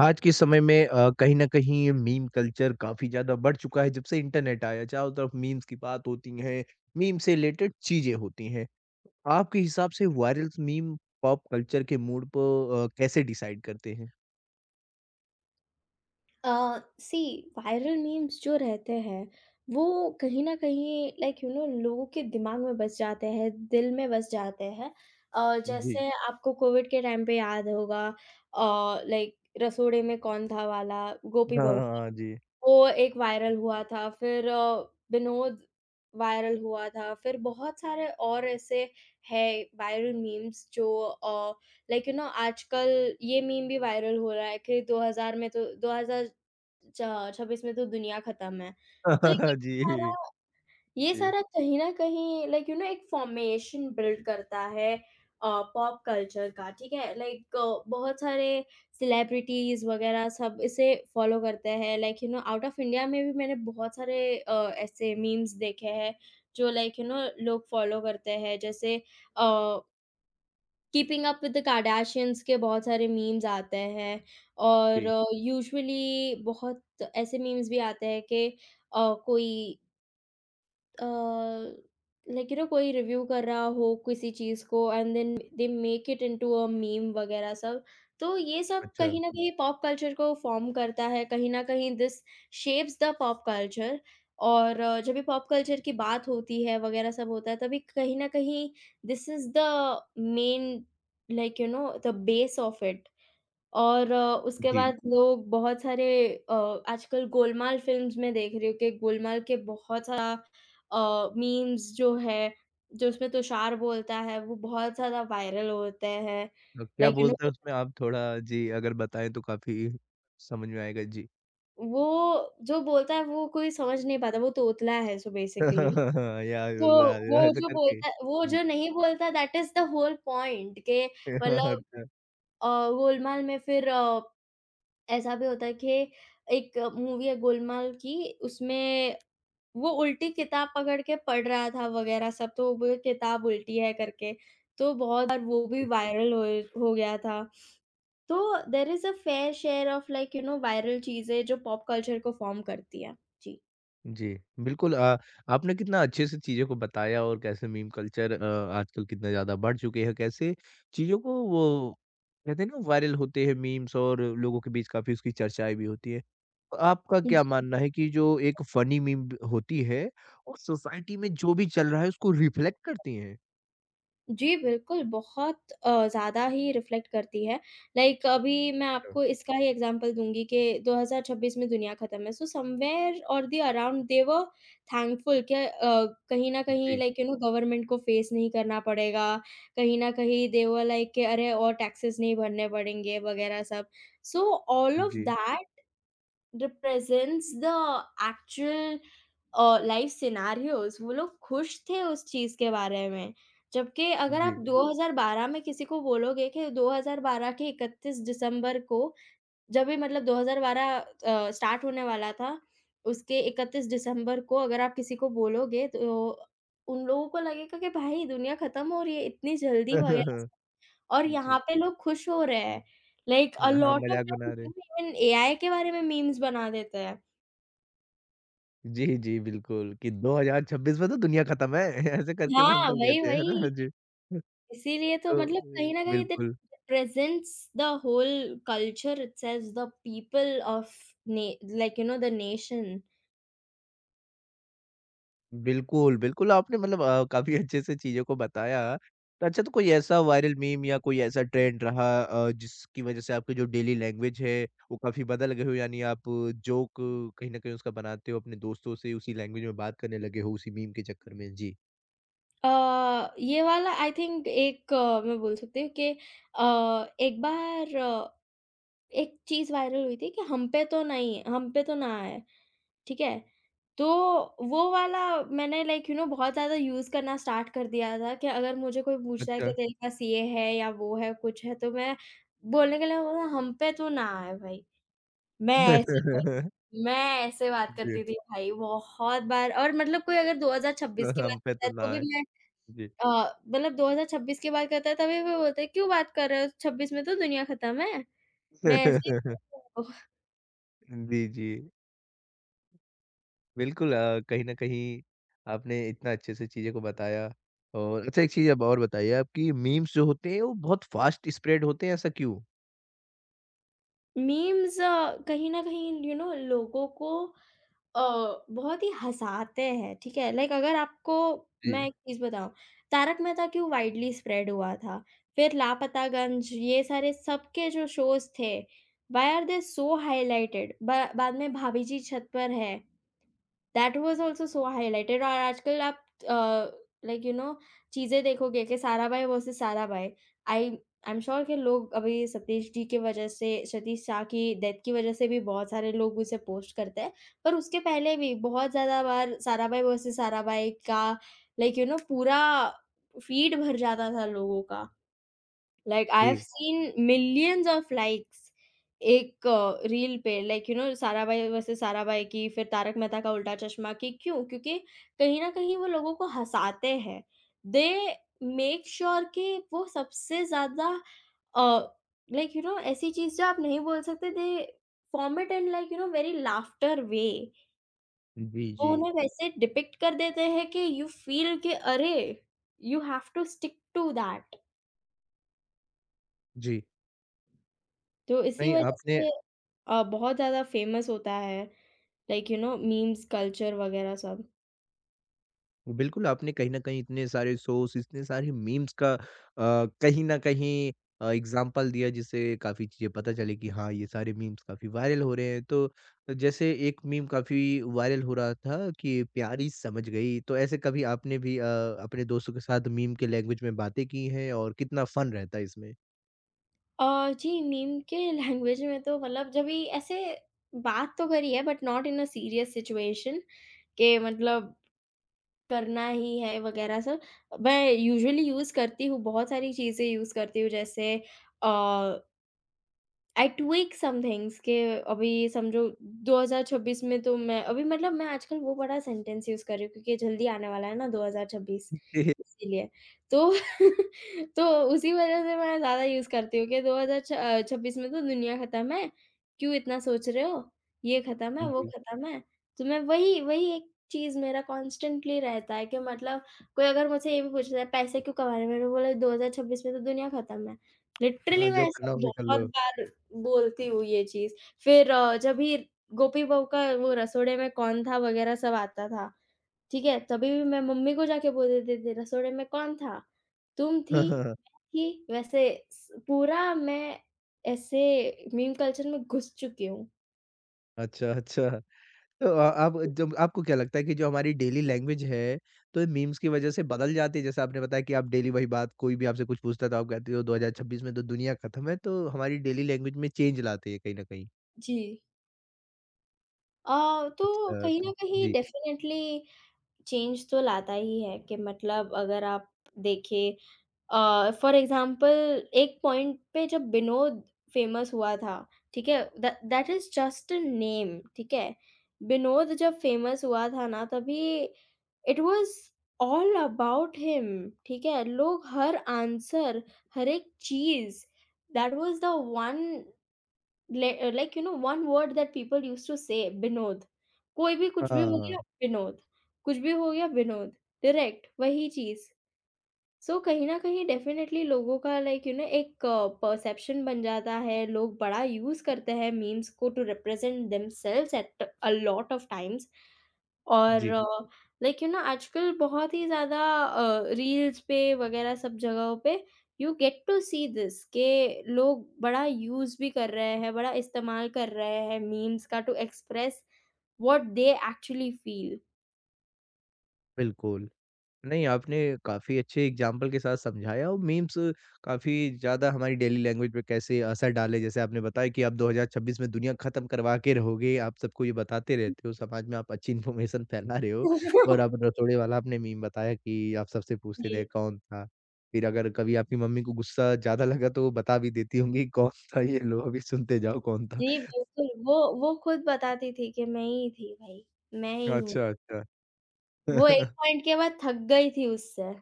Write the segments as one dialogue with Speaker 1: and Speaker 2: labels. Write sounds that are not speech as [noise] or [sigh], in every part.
Speaker 1: आज के समय में कहीं न कहीं मीम कल्चर काफ़ी ज़्यादा बढ़ चुका है जब से इंटरनेट आया है। चारों तरफ मीम्स की बात होती है, मीम से रिलेटेड चीज़ें होती हैं। आपके हिसाब से वायरल मीम पॉप कल्चर के मूड को कैसे डिसाइड करते हैं?
Speaker 2: सी वायरल मीम्स जो रहते हैं वो कहीं ना कहीं लोगों के दिमाग में बस जाते हैं दिल में बस जाते हैं।
Speaker 1: जी।
Speaker 2: जैसे आपको कोविड के टाइम पे याद होगा, रसोड़े में कौन था वाला, गोपी
Speaker 1: हाँ,
Speaker 2: बहू,
Speaker 1: हाँ, हाँ, जी।
Speaker 2: वो एक वायरल हुआ था, फिर विनोद वायरल हुआ था, फिर बहुत सारे और ऐसे हैं वायरल मीम्स जो अ, आजकल ये मीम भी वायरल हो रहा है कि 2000 च 26 में तो दुनिया खत्म है। तो
Speaker 1: [laughs] जी।
Speaker 2: ये
Speaker 1: जी।
Speaker 2: सारा कहीं न कहीं एक फ़ॉर्मेशन बिल्ड करता है अ, पॉप कल्चर का, ठीक है? लाइक बहुत सारे सेलिब्रिटीज़ वग़ैरह सब इसे फ़ॉलो करते हैं। आउट ऑफ़ इंडिया में भी मैंने बहुत सारे ऐसे मीम्स देखे हैं, जो लोग फ़ॉलो करते हैं। जैसे uh, keeping up with the Kardashians के बहुत सारे मीम्स आते हैं और
Speaker 1: जी।
Speaker 2: यूजुअली बहुत ऐसे मीम्स भी आते हैं कि कोई अ, कोई रिव्यू कर रहा हो किसी चीज़ को, and then they make it into a meme वगैरह सब। तो ये सब
Speaker 1: अच्छा।
Speaker 2: कहीं न कहीं पॉप कल्चर को फ़ॉर्म करता है, कहीं न कहीं this shapes the pop culture. और जब भी पॉप कल्चर की बात होती है वगैरह सब होता है, तभी कहीं न कहीं this is the main, the base of it. और अ, उसके हुँ।
Speaker 1: जी।
Speaker 2: बाद लोग बहुत सारे अ, आजकल गोलमाल फ़िल्म्स मैं देख रही हूँ कि गोलमाल के बहुत सारा मीम्स जो है, जो उसमें तुषार बोलता है, वो बहुत ज़्यादा वायरल होते हैं।
Speaker 1: क्या
Speaker 2: लाइक यू नो
Speaker 1: बोलते हैं उसमें आप थोड़ा जी अगर बताएँ तो काफ़ी समझ में आएगा? जी।
Speaker 2: वो जो बोलता है वो कोई समझ नहीं पाता, वो तोतला है सो बेसिकली।
Speaker 1: [laughs] यार
Speaker 2: तो
Speaker 1: यार,
Speaker 2: वो
Speaker 1: ऐसे
Speaker 2: जो
Speaker 1: करके?
Speaker 2: बोलता है, वो
Speaker 1: जी।
Speaker 2: जो नहीं बोलता, that is the whole point के
Speaker 1: [laughs]
Speaker 2: मतलब
Speaker 1: अच्छा।
Speaker 2: गोलमाल में फिर ऐसा भी होता है कि एक मूवी है गोलमाल की, उसमें वो उल्टी किताब पकड़ के पढ़ रहा था वगैरह सब, तो वो किताब उल्टी है करके, तो बहुत बार वो भी वायरल होए हो गया था। तो there is a fair share of viral चीज़ें जो पॉप कल्चर को फ़ॉर्म करती हैं।
Speaker 1: जी, बिल्कुल, आपने कितना अच्छे से चीज़ों को बताया और कैसे मीम कल्चर आजकल कितना ज़्यादा बढ़ चुके हैं, कैसे चीज़ों को वो कहते हैं ना वायरल होते हैं मीम्स और लोगों के बीच काफ़ी उसकी चर्चाएँ भी होती हैं। तो आपका क्या
Speaker 2: जी।
Speaker 1: मानना है कि जो एक फ़नी मीम होती है वो सोसाइटी में जो भी चल रहा है उसको रिफ्लेक्ट करती हैं?
Speaker 2: जी, बिल्कुल, बहुत ज़्यादा ही रिफ्लेक्ट करती है। लाइक अभी मैं
Speaker 1: अ,
Speaker 2: आपको इसका ही एग्ज़ाम्पल दूँगी कि 2026 में दुनिया ख़त्म है, सो समवेयर और the around they were thankful के कहीं न कहीं
Speaker 1: जी,
Speaker 2: गवर्नमेंट को फेस नहीं करना पड़ेगा, कहीं न कहीं दे वर लाइक कि अरे! और टैक्सेस नहीं भरने पड़ेंगे वग़ैरह सब। सो ऑल ऑफ
Speaker 1: जी,
Speaker 2: that represents the actual life scenarios. वो लोग खुश थे उस चीज़ के बारे में। जबकि अगर आप
Speaker 1: जी।
Speaker 2: दो, जी, हज़ार बारह में किसी को बोलोगे कि 2012 के 31 दिसंबर को, जब भी मतलब 2012 स्टार्ट होने वाला था, उसके 31 दिसंबर को अगर आप किसी को बोलोगे तो उन लोगों को लगेगा कि भाई दुनिया खत्म हो रही है इतनी जल्दी वगैरह,
Speaker 1: [laughs]
Speaker 2: और यहाँ
Speaker 1: जी,
Speaker 2: पे लोग खुश हो रहे हैं। लाइक अ
Speaker 1: हाँ,
Speaker 2: लॉट ऑफ
Speaker 1: मज़ाक बना रहे।
Speaker 2: इवन एआई के बारे में मीम्स बना देते हैं।
Speaker 1: जी, जी, बिल्कुल कि 2026 में तो दुनिया खत्म है, [laughs] ऐसे करके वो
Speaker 2: हाँ,
Speaker 1: अंकल
Speaker 2: वही,
Speaker 1: कहते हैं, है ना?
Speaker 2: वही।
Speaker 1: जी।
Speaker 2: इसीलिए तो
Speaker 1: तो
Speaker 2: मतलब कहीं न कहीं दैट
Speaker 1: बिल्कुल,
Speaker 2: represents the whole culture itself, the people of ने द नेशन।
Speaker 1: बिल्कुल, बिल्कुल आपने मतलब काफ़ी अच्छे से चीज़ों को बताया। तो अच्छा तो कोई ऐसा वायरल मीम या कोई ऐसा ट्रेंड रहा जिसकी वज़ह से आपकी जो डेली लैंग्वेज है वो काफ़ी बदल गए हो यानी आप जोक कहीं न कहीं उसका बनाते हो, अपने दोस्तों से उसी लैंग्वेज में बात करने लगे हो उसी मीम के चक्कर में? जी।
Speaker 2: अ, ये वाला आई थिंक एक मैं बोल सकती हूँ कि अ, एक बार एक चीज़ वायरल हुई थी कि हम पे तो नहीं है, हम पे तो ना आए। ठीक है? तो वो वाला मैंने बहुत ज़्यादा यूज़ करना स्टार्ट कर दिया था कि अगर मुझे कोई पूछता है
Speaker 1: अच्छा।
Speaker 2: कि तेरे पास ये है या वो है, कुछ है, तो मैं बोलने के लिए बोला हम पे तो ना आए भाई। मैं ऐसे
Speaker 1: [laughs]
Speaker 2: मैं ऐसे बात
Speaker 1: जी।
Speaker 2: करती थी भाई बहुत बार, और मतलब कोई अगर
Speaker 1: तो
Speaker 2: 2026 की
Speaker 1: हम
Speaker 2: बात
Speaker 1: पे
Speaker 2: करता
Speaker 1: तो
Speaker 2: है तो
Speaker 1: ना
Speaker 2: भी
Speaker 1: आए।
Speaker 2: मैं
Speaker 1: जी।
Speaker 2: अ, मतलब 2026 की बात करता है तभी वो बोलते हैं क्यों बात कर रहे हो, 26 में तो दुनिया खत्म है। मैं ऐसे ही
Speaker 1: [laughs]
Speaker 2: बोलती हूँ
Speaker 1: जी, जी। बिल्कुल, कहीं न कहीं आपने इतना अच्छे से चीज़ों को बताया और अच्छा एक चीज़ अब और बताइए आपकी मीम्स जो होते हैं वो बहुत फ़ास्ट स्प्रेड होते हैं ऐसा क्यों?
Speaker 2: उनको। मीम्स कहीं न कहीं यू you नो know, लोगों को बहुत ही हँसाते हैं, ठीक है? लाइक अगर आपको
Speaker 1: जी।
Speaker 2: मैं एक चीज़ बताऊँ, तारक मेहता क्यों वाइडली स्प्रेड हुआ था? फिर लापतागंज, ये सारे सबके जो शोज़ थे, why are they so highlighted? बा बाद में भाभी जी छत पर है, that was also so highlighted. और आजकल आप अ, लाइक यू नो चीज़ें देखोगे कि Sarabhai versus Sarabhai, I I am sure कि लोग अभी सतीश जी की वजह से, सतीश शाह की डेथ की वजह से भी बहुत सारे लोग उसे पोस्ट करते हैं। पर उसके पहले भी बहुत ज़्यादा बार साराभाई वर्सेस साराभाई का पूरा फ़ीड भर जाता था लोगों का। लाइक आई हैव
Speaker 1: जी,
Speaker 2: सीन मिलियंस ऑफ लाइक्स एक रील पे साराभाई वर्सेस साराभाई की, फिर तारक मेहता का उल्टा चश्मा की। क्यों? क्योंकि कहीं न कहीं वो लोगों को हँसाते हैं। दे मेक श्योर कि वो सबसे ज़्यादा अ, ऐसी चीज़ जो आप नहीं बोल सकते, they form it in very laughter way.
Speaker 1: जी,
Speaker 2: वो
Speaker 1: जी।
Speaker 2: उन्हें वैसे डिपिक्ट कर देते हैं कि यू फ़ील कि अरे! You have to stick to that.
Speaker 1: जी,
Speaker 2: तो इसी
Speaker 1: नहीं
Speaker 2: वज़ह
Speaker 1: आपने
Speaker 2: से बहुत ज़्यादा फ़ेमस होता है मीम्स कल्चर वग़ैरह सब।
Speaker 1: बिल्कुल, आपने कहीं न कहीं इतने सारे सोर्स, इतने सारे मीम्स का कहीं न कहीं एग्ज़ाम्पल दिया जिससे काफ़ी चीज़ें पता चली कि हाँ, ये सारे मीम्स काफ़ी वायरल हो रहे हैं। तो जैसे एक मीम काफ़ी वायरल हो रहा था कि प्यारी समझ गई, तो ऐसे कभी आपने भी अपने दोस्तों के साथ मीम के लैंग्वेज में बातें की हैं और कितना फ़न रहता है इसमें?
Speaker 2: जी, मीम के [laughs] लैंग्वेज में तो मतलब जभी ऐसे बात तो करी है, but not in a serious situation के मतलब करना ही है वग़ैरह सब। मैं यूजुअली यूज़ करती हूँ, बहुत सारी चीज़ें यूज़ करती हूँ, जैसे अ आई tweak सम थिंग्स के अभी समझो 2026 में तो मैं अभी मतलब मैं आजकल वो बड़ा सेंटेंस यूज़ कर रही हूँ क्योंकि जल्दी आने वाला है ना 2026,
Speaker 1: [laughs]
Speaker 2: इसीलिए। तो [laughs] तो उसी वज़ह से मैं ज़्यादा यूज़ करती हूँ कि 26 में तो दुनिया ख़त्म है, क्यों इतना सोच रहे हो? ये ख़त्म है, वो
Speaker 1: जी,
Speaker 2: ख़त्म है। तो मैं वही वही एक चीज़ मेरा कॉन्स्टेंटली रहता है कि मतलब कोई अगर मुझसे ये भी पूछ रहा है पैसे क्यों कमा रहे हो? मैंने बोला 2026 में तो दुनिया ख़त्म है।
Speaker 1: हाँ,
Speaker 2: लिटरली
Speaker 1: जो
Speaker 2: मैं
Speaker 1: करना
Speaker 2: ऐसे
Speaker 1: हो भी कर
Speaker 2: बहुत
Speaker 1: लो।
Speaker 2: बार बोलती हूँ ये चीज़। फिर जब भी गोपी बहू का वो रसोड़े में कौन था वगैरह सब आता था, ठीक है? तभी भी मैं मम्मी को जाके बोल देती थी, "रसोड़े में कौन था? तुम थी?
Speaker 1: [laughs]
Speaker 2: मैं थी?" वैसे स पूरा मैं ऐसे मीम कल्चर में घुस चुकी हूँ।
Speaker 1: अच्छा, अच्छा। तो आप जब आपको क्या लगता है कि जो हमारी डेली लैंग्वेज है, तो मीम्स की वज़ह से बदल जाती है? जैसे आपने बताया कि आप डेली वही बात कोई भी आपसे कुछ पूछता है तो आप कहते हो 2026 में तो दुनिया ख़त्म है, तो हमारी डेली लैंग्वेज में चेंज लाते हैं कहीं न कहीं।
Speaker 2: जी। तो
Speaker 1: अच्छा,
Speaker 2: कहीं
Speaker 1: तो
Speaker 2: न कहीं
Speaker 1: जी।
Speaker 2: डेफ़िनेटली चेंज तो लाता ही है कि मतलब अगर आप देखें फॉर एग्ज़ाम्पल एक पॉइंट पे जब विनोद फ़ेमस हुआ था, ठीक है? The that is just a name, ठीक है? विनोद जब फ़ेमस हुआ था ना तभी it was all about him, ठीक है? लोग हर आंसर, हर एक चीज़ that was the one one word that people used to say Vinod. कोई भी
Speaker 1: हाँ,
Speaker 2: कुछ भी हो गया
Speaker 1: हाँ।
Speaker 2: विनोद, कुछ भी हो गया विनोद, डायरेक्ट वही चीज़। सो कहीं न कहीं डेफ़िनेटली लोगों का एक परसेप्शन बन जाता है, लोग बड़ा यूज़ करते हैं मीम्स को to represent themselves at a lot of times. और
Speaker 1: जी,
Speaker 2: जी। आजकल बहुत ही ज़्यादा रील्स पे वग़ैरह सब जगहों पे you get to see this के लोग बड़ा यूज़ भी कर रहे हैं, बड़ा इस्तेमाल कर रहे हैं मीम्स का to express what they actually feel.
Speaker 1: बिल्कुल। नहीं, आपने काफ़ी अच्छे एग्ज़ाम्पल के साथ समझाया और मीम्स काफ़ी ज़्यादा हमारी डेली लैंग्वेज पे कैसे असर डाले। जैसे आपने बताया कि आप 2026 में दुनिया ख़त्म करवा के रहोगे, आप सबको ये बताते रहते हो, समाज में आप अच्छी इन्फॉर्मेशन फैला रहे हो। और आप रसोड़े वाला आपने मीम बताया कि आप सबसे पूछते
Speaker 2: जी।
Speaker 1: थे
Speaker 2: [laughs]
Speaker 1: कौन था? फिर अगर कभी आपकी मम्मी को गुस्सा ज़्यादा लगा तो वो बता भी देती होंगी कौन था, ये लो अभी सुनते जाओ कौन था।
Speaker 2: जी, बिल्कुल, वो खुद बताती थी कि मैं ही थी भाई, मैं ही हूँ।
Speaker 1: अच्छा, अच्छा।
Speaker 2: वो एक
Speaker 1: [laughs]
Speaker 2: पॉइंट के बाद थक गई थी उससे।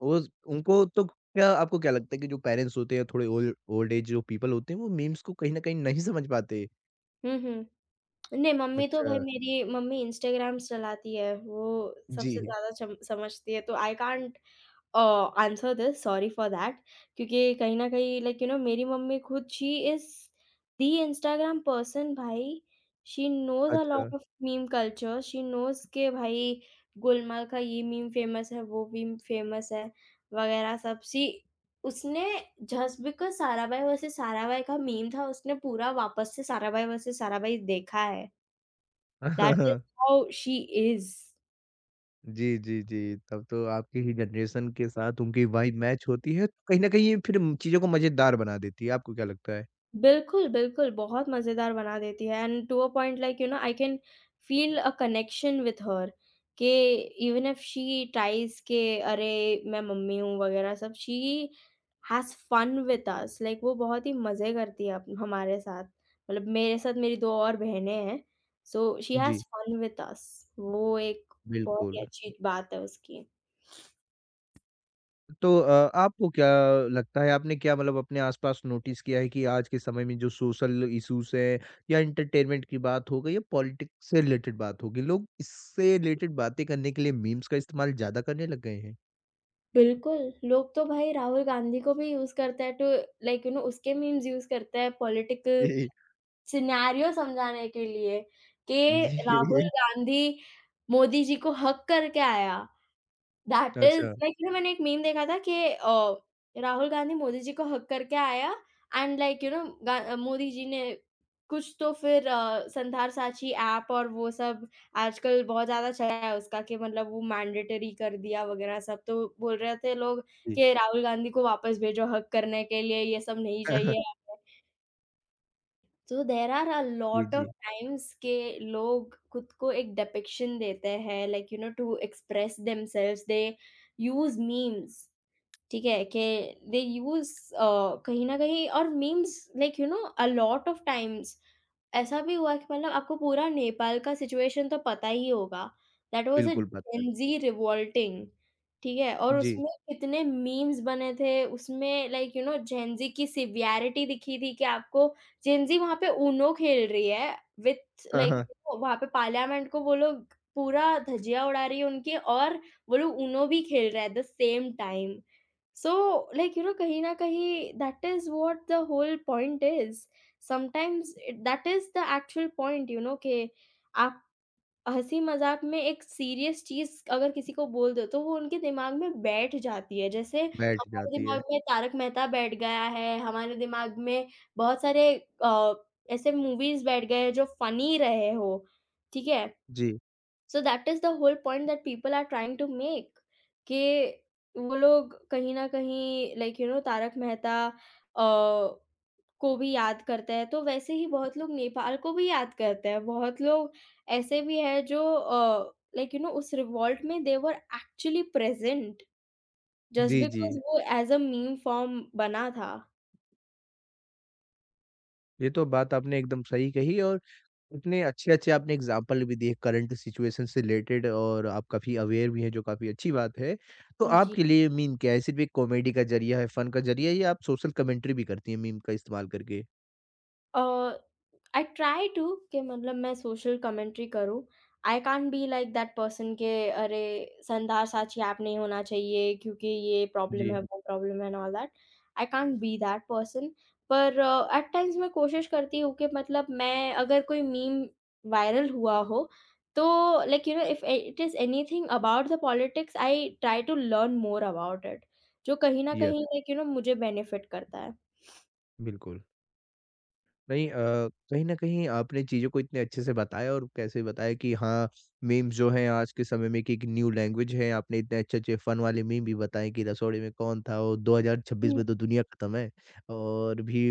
Speaker 1: उस उनको तो क्या आपको क्या लगता है कि जो पेरेंट्स होते हैं थोड़े ओल्ड ओल्ड एज जो पीपल होते हैं वो मीम्स को कहीं न कहीं नहीं समझ पाते?
Speaker 2: हुँ, हुँ। नहीं, मम्मी तो
Speaker 1: अच्छा,
Speaker 2: भाई मेरी मम्मी इंस्टाग्राम चलाती है, वो सबसे
Speaker 1: जी,
Speaker 2: ज़्यादा चम समझती है, तो I can't answer this, sorry for that, क्योंकि कहीं न कहीं मेरी मम्मी खुद she is the Instagram person भाई। शी नोज़ अ
Speaker 1: अच्छा।
Speaker 2: Lot of meme culture, she knows के भाई गोलमाल का ये मीम फ़ेमस है, वो मीम फ़ेमस है वगैरह सब। शी उसने जस्ट बिकॉज़ सारा भाई वर्सेस सारा भाई का मीम था, उसने पूरा वापस से सारा भाई वर्सेस सारा भाई देखा है। That is
Speaker 1: [laughs]
Speaker 2: how she is.
Speaker 1: जी, जी, जी, तब तो आपकी ही जनरेशन के साथ उनकी वाइब मैच होती है, तो कहीं न कहीं ये फिर चीज़ों को मज़ेदार बना देती है, आपको क्या लगता है?
Speaker 2: बिल्कुल, बिल्कुल, बहुत मज़ेदार बना देती है and to a point I can feel a connection with her के इवन इफ शी ट्राइज़ के अरे, मैं मम्मी हूँ वग़ैरह सब, she has fun with us, like वो बहुत ही मज़े करती है अप हमारे साथ। मतलब मेरे साथ मेरी 2 और बहनें हैं, सो शी
Speaker 1: जी,
Speaker 2: हैज़ फन विथ अस। वो एक बहुत ही
Speaker 1: बिल्कुल।
Speaker 2: अच्छी बात है उसकी।
Speaker 1: तो आपको क्या लगता है आपने क्या मतलब अपने आसपास नोटिस किया है कि आज के समय में जो सोशल इश्यूज़ हैं या एंटरटेनमेंट की बात हो गई या पॉलिटिक्स से रिलेटेड बात होगी, लोग इससे रिलेटेड बातें करने के लिए मीम्स का इस्तेमाल ज़्यादा करने लग गए हैं?
Speaker 2: बिल्कुल, लोग तो भाई राहुल गांधी को भी यूज़ करते हैं टू उसके मीम्स यूज़ करते हैं पॉलिटिकल सिनेरियो समझाने के लिए कि
Speaker 1: जी, जी।
Speaker 2: राहुल गांधी मोदी जी को हग करके आया। दैट इज़
Speaker 1: अच्छा,
Speaker 2: मैंने एक मीम देखा था कि राहुल गांधी मोदी जी को हग करके आया एंड गा मोदी जी ने कुछ तो फिर संथाल साझी ऐप और वो सब आजकल बहुत ज़्यादा चला है उसका कि मतलब वो मैंडेटरी कर दिया वगैरह सब। तो बोल रहे थे लोग
Speaker 1: जी।
Speaker 2: कि राहुल गांधी को वापस भेजो हग करने के लिए, ये सब नहीं चाहिए।
Speaker 1: [laughs]
Speaker 2: तो देयर आर अ
Speaker 1: जी,
Speaker 2: लॉट ऑफ
Speaker 1: जी।
Speaker 2: टाइम्स के लोग खुद को एक डिपिक्शन देते हैं to express themselves they use memes, ठीक है? कि दे यूज़ कहीं न कहीं और memes a lot of times ऐसा भी हुआ कि मतलब आपको पूरा नेपाल का सिचुएशन तो पता ही होगा। दैट वाज़ अ
Speaker 1: बिल्कुल बात।
Speaker 2: जेन ज़ी रिवोल्टिंग, ठीक है? और
Speaker 1: जी।
Speaker 2: उसमें कितने मीम्स बने थे, उसमें जेन ज़ी की सिवियरिटी दिखी थी कि आपको जेन ज़ी वहाँ पे ऊनो खेल रही है विथ
Speaker 1: हाँ,
Speaker 2: लाइक
Speaker 1: हाँ।
Speaker 2: वहाँ पे पार्लियामेंट को वो लोग पूरा धज्जियाँ उड़ा रही है उनकी, और वो लोग ऊनो भी खेल रहे हैं at the same time. So, kahin na kahin, that is what the whole point is. That is the actual point, कि आप हंसी मजाक में एक सीरियस चीज अगर किसी को बोल दो तो वो उनके दिमाग में बैठ जाती है, जैसे
Speaker 1: बैठ
Speaker 2: हमारे
Speaker 1: जाती है।
Speaker 2: दिमाग में तारक मेहता बैठ गया है, हमारे दिमाग में बहुत सारे अ, ऐसे मूवीज बैठ गए हैं जो फनी रहे हो, ठीक है।
Speaker 1: जी।
Speaker 2: So that is the whole point that people are trying to make कि वो लोग कहीं न कहीं तारक मेहता को भी याद करते हैं, तो वैसे ही बहुत लोग नेपाल को भी याद करते हैं। बहुत लोग ऐसे भी हैं जो उस रिवॉल्ट में they were actually present just
Speaker 1: जी, जी।
Speaker 2: बिकॉज़ वो एज़ अ मीम फ़ॉर्म बना था।
Speaker 1: ये तो बात आपने एकदम सही कही और इतने अच्छे-अच्छे आपने एग्ज़ाम्पल भी दिए करंट सिचुएशन से रिलेटेड और आप काफ़ी अवेयर भी हैं जो काफ़ी अच्छी बात है। तो
Speaker 2: जी।
Speaker 1: आपके लिए मीम क्या है? सिर्फ़ एक कॉमेडी का ज़रिया है, फन का ज़रिया है या आप सोशल कमेंट्री भी करती हैं मीम का इस्तेमाल करके?
Speaker 2: अ, आई ट्राई टू कि मतलब मैं सोशल कमेंट्री करूँ। I can't be like that person के अरे, संधार साची ऐप नहीं होना चाहिए क्योंकि ये प्रॉब्लम
Speaker 1: जी।
Speaker 2: है, हुँ। वो प्रॉब्लम है and all that. I can't be that person, पर एट टाइम्स मैं कोशिश करती हूँ कि मतलब मैं अगर कोई मीम वायरल हुआ हो तो if it is anything about the politics I try to learn more about it, जो कहीं न
Speaker 1: यस,
Speaker 2: कहीं मुझे बेनिफिट करता है।
Speaker 1: बिल्कुल। नहीं, कहीं न कहीं आपने चीज़ों को इतने अच्छे से बताया और कैसे बताया कि हाँ, मीम्स जो हैं आज के समय में कि एक न्यू लैंग्वेज है। आपने इतने अच्छे-अच्छे फ़न वाले मीम भी बताए कि रसौड़ी में कौन था और 2026
Speaker 2: हुँ।
Speaker 1: में तो दुनिया ख़त्म है। और भी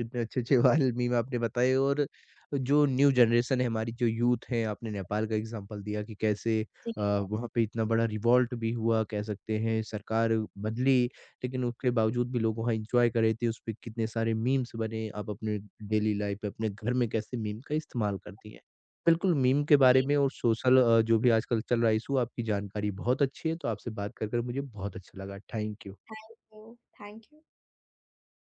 Speaker 1: इतने अच्छे-अच्छे [laughs] वाले मीम आपने बताए और जो न्यू जनरेशन है हमारी जो यूथ है आपने नेपाल का एग्ज़ाम्पल दिया कि कैसे
Speaker 2: जी,
Speaker 1: वहाँ पे इतना बड़ा रिवॉल्ट भी हुआ कह सकते हैं सरकार बदली, लेकिन उसके बावजूद भी लोग वहाँ एन्जॉय कर रहे थे, उसपे कितने सारे मीम्स बने, आप अपने डेली लाइफ में, अपने घर में कैसे मीम का इस्तेमाल करती हैं। बिल्कुल मीम के बारे
Speaker 2: जी।
Speaker 1: में और सोशल, जो भी आजकल चल रहा है इश्यू आपकी जानकारी बहुत अच्छी है, तो आपसे बात कर मुझे बहुत अच्छा लगा। Thank you.
Speaker 2: तो थैंक यू।